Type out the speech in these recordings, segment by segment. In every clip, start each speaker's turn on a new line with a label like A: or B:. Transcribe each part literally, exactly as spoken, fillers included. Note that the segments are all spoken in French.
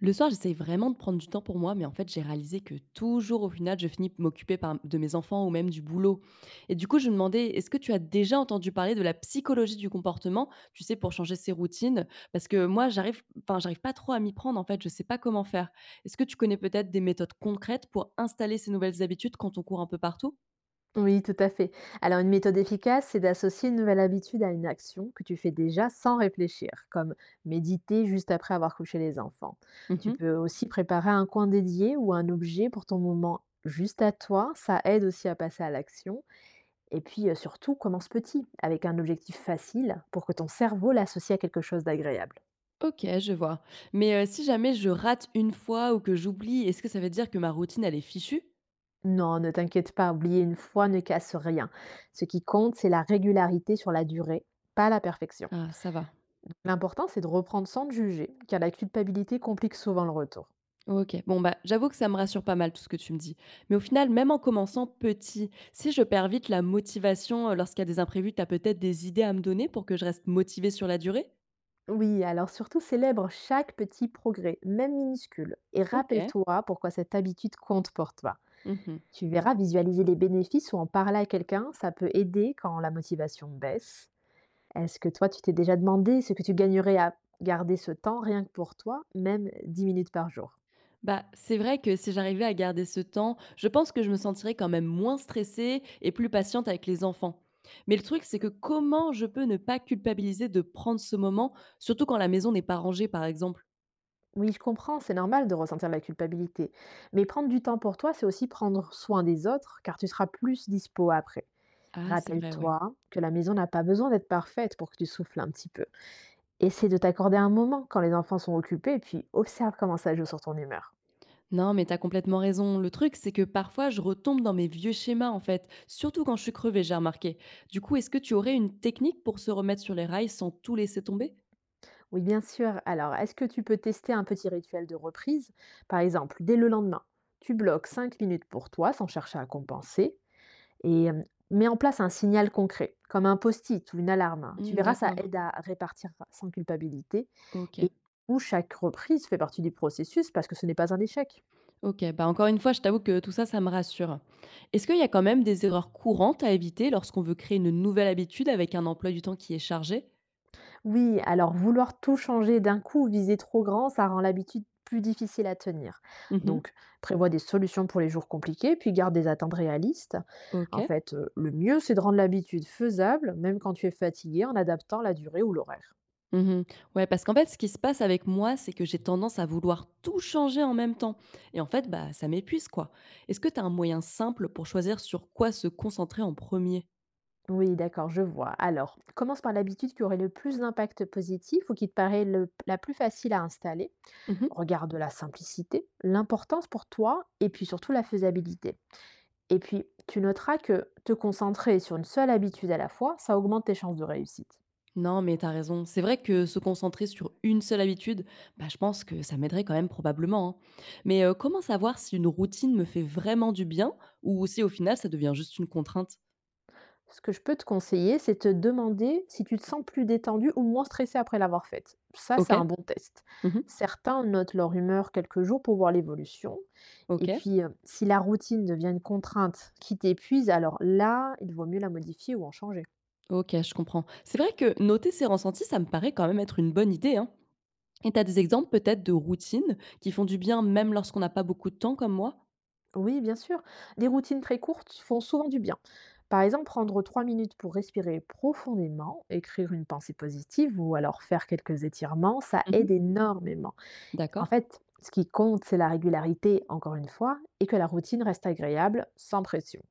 A: Le soir, j'essaye vraiment de prendre du temps pour moi, mais en fait, j'ai réalisé que toujours, au final, je finis m'occuper par- de mes enfants ou même du boulot. Et du coup, je me demandais, est-ce que tu as déjà entendu parler de la psychologie du comportement, tu sais, pour changer ses routines? Parce que moi, j'arrive, enfin, j'arrive pas trop à m'y prendre, en fait, je sais pas comment faire. Est-ce que tu connais peut-être des méthodes concrètes pour installer ces nouvelles habitudes quand on court un peu partout?
B: Oui, tout à fait. Alors, une méthode efficace, c'est d'associer une nouvelle habitude à une action que tu fais déjà sans réfléchir, comme méditer juste après avoir couché les enfants. Tu
A: Mhm.
B: peux aussi préparer un coin dédié ou un objet pour ton moment juste à toi. Ça aide aussi à passer à l'action. Et puis, euh, surtout, commence petit, avec un objectif facile pour que ton cerveau l'associe à quelque chose d'agréable.
A: Ok, je vois. Mais euh, si jamais je rate une fois ou que j'oublie, est-ce que ça veut dire que ma routine, elle est fichue?
B: Non, ne t'inquiète pas, oublier une fois ne casse rien. Ce qui compte, c'est la régularité sur la durée, pas la perfection.
A: Ah, ça va.
B: L'important, c'est de reprendre sans te juger, car la culpabilité complique souvent le retour.
A: OK. Bon, bah, j'avoue que ça me rassure pas mal tout ce que tu me dis. Mais au final, même en commençant petit, si je perds vite la motivation, heu, lorsqu'il y a des imprévus, tu as peut-être des idées à me donner pour que je reste motivée sur la durée?
B: Oui, alors surtout célèbre chaque petit progrès, même minuscule, et
A: OK.
B: rappelle-toi pourquoi cette habitude compte pour toi.
A: Mmh.
B: Tu verras, visualiser les bénéfices ou en parler à quelqu'un, ça peut aider quand la motivation baisse. Est-ce que toi, tu t'es déjà demandé ce que tu gagnerais à garder ce temps rien que pour toi, même dix minutes par jour?
A: Bah, c'est vrai que si j'arrivais à garder ce temps, je pense que je me sentirais quand même moins stressée et plus patiente avec les enfants. Mais le truc, c'est que comment je peux ne pas culpabiliser de prendre ce moment, surtout quand la maison n'est pas rangée, par exemple?
B: Oui, je comprends, c'est normal de ressentir la culpabilité, mais prendre du temps pour toi, c'est aussi prendre soin des autres, car tu seras plus dispo après.
A: Ah, c'est vrai, ouais.
B: Rappelle-toi que la maison n'a pas besoin d'être parfaite pour que tu souffles un petit peu. Essaie de t'accorder un moment quand les enfants sont occupés et puis observe comment ça joue sur ton humeur.
A: Non, mais t'as complètement raison. Le truc, c'est que parfois, je retombe dans mes vieux schémas, en fait. Surtout quand je suis crevée, j'ai remarqué. Du coup, est-ce que tu aurais une technique pour se remettre sur les rails sans tout laisser tomber?
B: Oui, bien sûr. Alors, est-ce que tu peux tester un petit rituel de reprise? Par exemple, dès le lendemain, tu bloques cinq minutes pour toi sans chercher à compenser et euh, mets en place un signal concret, comme un post-it ou une alarme. Tu
A: Mmh,
B: verras, ça
A: d'accord.
B: aide à répartir sans culpabilité
A: OK.
B: et où chaque reprise fait partie du processus parce que ce n'est pas un échec.
A: OK. Bah, encore une fois, je t'avoue que tout ça, ça me rassure. Est-ce qu'il y a quand même des erreurs courantes à éviter lorsqu'on veut créer une nouvelle habitude avec un emploi du temps qui est chargé?
B: Oui, alors vouloir tout changer d'un coup viser trop grand, ça rend l'habitude plus difficile à tenir.
A: Mmh.
B: Donc, prévois des solutions pour les jours compliqués, puis garde des attentes réalistes. En
A: OK.
B: fait, euh, le mieux, c'est de rendre l'habitude faisable, même quand tu es fatigué, en adaptant la durée ou l'horaire.
A: Mmh. Ouais, parce qu'en fait, ce qui se passe avec moi, c'est que j'ai tendance à vouloir tout changer en même temps et en fait, bah, ça m'épuise, quoi. Est-ce que tu as un moyen simple pour choisir sur quoi se concentrer en premier?
B: Oui, d'accord, je vois. Alors, commence par l'habitude qui aurait le plus d'impact positif ou qui te paraît le- la plus facile à installer.
A: Er
B: Regarde la simplicité, l'importance pour toi et puis surtout la faisabilité. Et puis, tu noteras que te concentrer sur une seule habitude à la fois, ça augmente tes chances de réussite.
A: Non, mais t'as raison. C'est vrai que se concentrer sur une seule habitude, bah, je pense que ça m'aiderait quand même probablement, hein. Mais, heu, comment savoir si une routine me fait vraiment du bien ou si au final ça devient juste une contrainte?
B: Ce que je peux te conseiller, c'est te demander si tu te sens plus détendu ou moins stressé après l'avoir faite. Ça, c'est un
A: OK.
B: bon test.
A: Mmh.
B: Certains notent leur humeur quelques jours pour voir l'évolution. Et
A: OK.
B: puis, euh, si la routine devient une contrainte qui t'épuise, alors là, il vaut mieux la modifier ou en changer.
A: OK, je comprends. C'est vrai que noter ses ressentis, ça me paraît quand même être une bonne idée, hein. Et t'as des exemples peut-être de routines qui font du bien même lorsqu'on n'a pas beaucoup de temps comme moi?
B: Oui, bien sûr. Des routines très courtes font souvent du bien. Par exemple, prendre trois minutes pour respirer profondément, écrire une pensée positive ou alors faire quelques étirements, ça
A: Mmh.
B: aide énormément. En
A: D'accord.
B: fait, ce qui compte, c'est la régularité, encore une fois, et que la routine reste agréable, sans pression.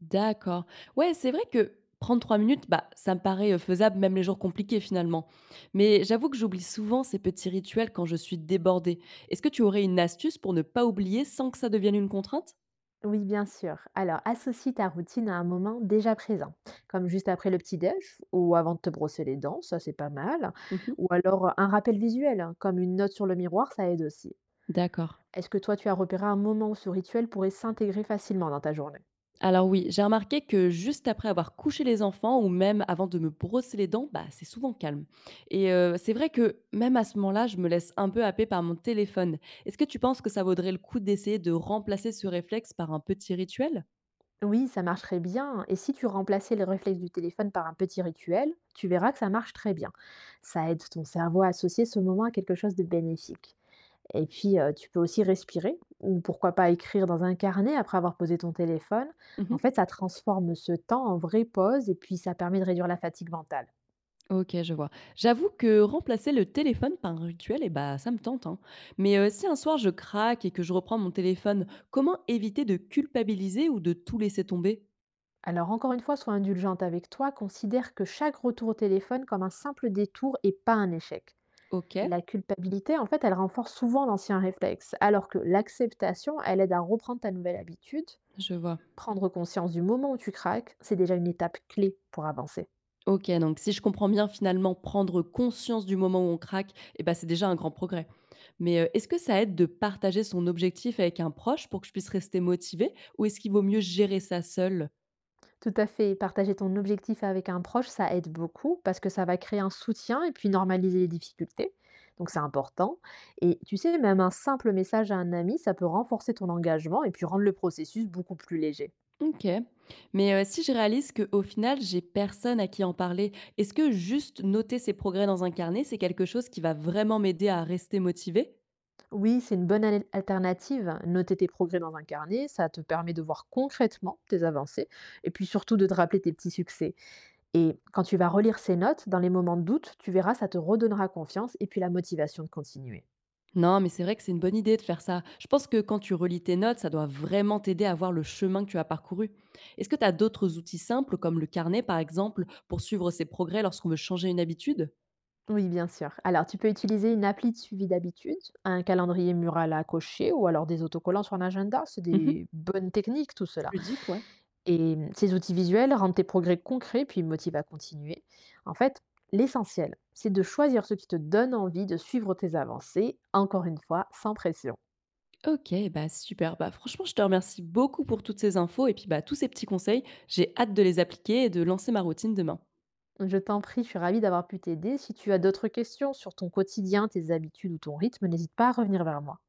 A: D'accord. Ouais, c'est vrai que prendre trois minutes, bah, ça me paraît, heu, faisable même les jours compliqués finalement. Mais j'avoue que j'oublie souvent ces petits rituels quand je suis débordée. Est-ce que tu aurais une astuce pour ne pas oublier sans que ça devienne une contrainte?
B: Oui, bien sûr. Alors, associe ta routine à un moment déjà présent, comme juste après le petit-déj ou avant de te brosser les dents, ça c'est pas mal.
A: Mmh.
B: Ou alors un rappel visuel, hein, comme une note sur le miroir, ça aide aussi.
A: D'accord.
B: Est-ce que toi, tu as repéré un moment où ce rituel pourrait s'intégrer facilement dans ta journée?
A: Alors oui, j'ai remarqué que juste après avoir couché les enfants ou même avant de me brosser les dents, bah, c'est souvent calme. Et euh, c'est vrai que même à ce moment-là, je me laisse un peu happer par mon téléphone. Est-ce que tu penses que ça vaudrait le coup d'essayer de remplacer ce réflexe par un petit rituel?
B: Oui, ça marcherait bien. Et si tu remplaçais les réflexes du téléphone par un petit rituel, tu verras que ça marche très bien. Ça aide ton cerveau à associer ce moment à quelque chose de bénéfique. Et puis, euh, tu peux aussi respirer, ou pourquoi pas écrire dans un carnet après avoir posé ton téléphone.
A: Mhm.
B: En fait, ça transforme ce temps en vraie pause et puis ça permet de réduire la fatigue mentale.
A: OK, je vois. J'avoue que remplacer le téléphone par un rituel, eh bah, ça me tente, hein. Mais euh, si un soir je craque et que je reprends mon téléphone, comment éviter de culpabiliser ou de tout laisser tomber?
B: Alors encore une fois, sois indulgente avec toi, considère que chaque retour au téléphone comme un simple détour et pas un échec.
A: OK,
B: La culpabilité, en fait, elle renforce souvent l'ancien réflexe, alors que l'acceptation, elle aide à reprendre ta nouvelle habitude.
A: je vois.
B: Prendre conscience du moment où tu craques, c'est déjà une étape clé pour avancer.
A: OK, donc si je comprends bien, finalement, prendre conscience du moment où on craque, eh ben, c'est déjà un grand progrès. Mais euh, est-ce que ça aide de partager son objectif avec un proche pour que je puisse rester motivée ou est-ce qu'il vaut mieux gérer ça seul?
B: Tout à fait, partager ton objectif avec un proche, ça aide beaucoup parce que ça va créer un soutien et puis normaliser les difficultés. Donc c'est important. Et tu sais, même un simple message à un ami, ça peut renforcer ton engagement et puis rendre le processus beaucoup plus léger.
A: OK. Mais heu, si je réalise qu'au final, j'ai personne à qui en parler, est-ce que juste noter ses progrès dans un carnet, c'est quelque chose qui va vraiment m'aider à rester motivée?
B: Oui, c'est une bonne al- alternative. Noter tes progrès dans un carnet, ça te permet de voir concrètement tes avancées et puis surtout de te rappeler tes petits succès. Et quand tu vas relire ces notes, dans les moments de doute, tu verras, ça te redonnera confiance et puis la motivation de continuer.
A: Non, mais c'est vrai que c'est une bonne idée de faire ça. Je pense que quand tu relis tes notes, ça doit vraiment t'aider à voir le chemin que tu as parcouru. Est-ce que tu as d'autres outils simples, comme le carnet par exemple, pour suivre ses progrès lorsqu'on veut changer une habitude?
B: Oui, bien sûr. Alors, tu peux utiliser une appli de suivi d'habitude, un calendrier mural à cocher ou alors des autocollants sur un agenda. C'est
A: Mmh mh.
B: des bonnes techniques, tout
A: C'est
B: cela.
A: ludique, ouais.
B: Et mmh, ces outils visuels rendent tes progrès concrets puis motivent à continuer. En fait, l'essentiel, c'est de choisir ce qui te donne envie de suivre tes avancées, encore une fois, sans pression.
A: OK, bah, super. Bah, franchement, je te remercie beaucoup pour toutes ces infos et puis, bah, tous ces petits conseils. J'ai hâte de les appliquer et de lancer ma routine demain.
B: Je t'en prie, je suis ravie d'avoir pu t'aider. Si tu as d'autres questions sur ton quotidien, tes habitudes ou ton rythme, n'hésite pas à revenir vers moi.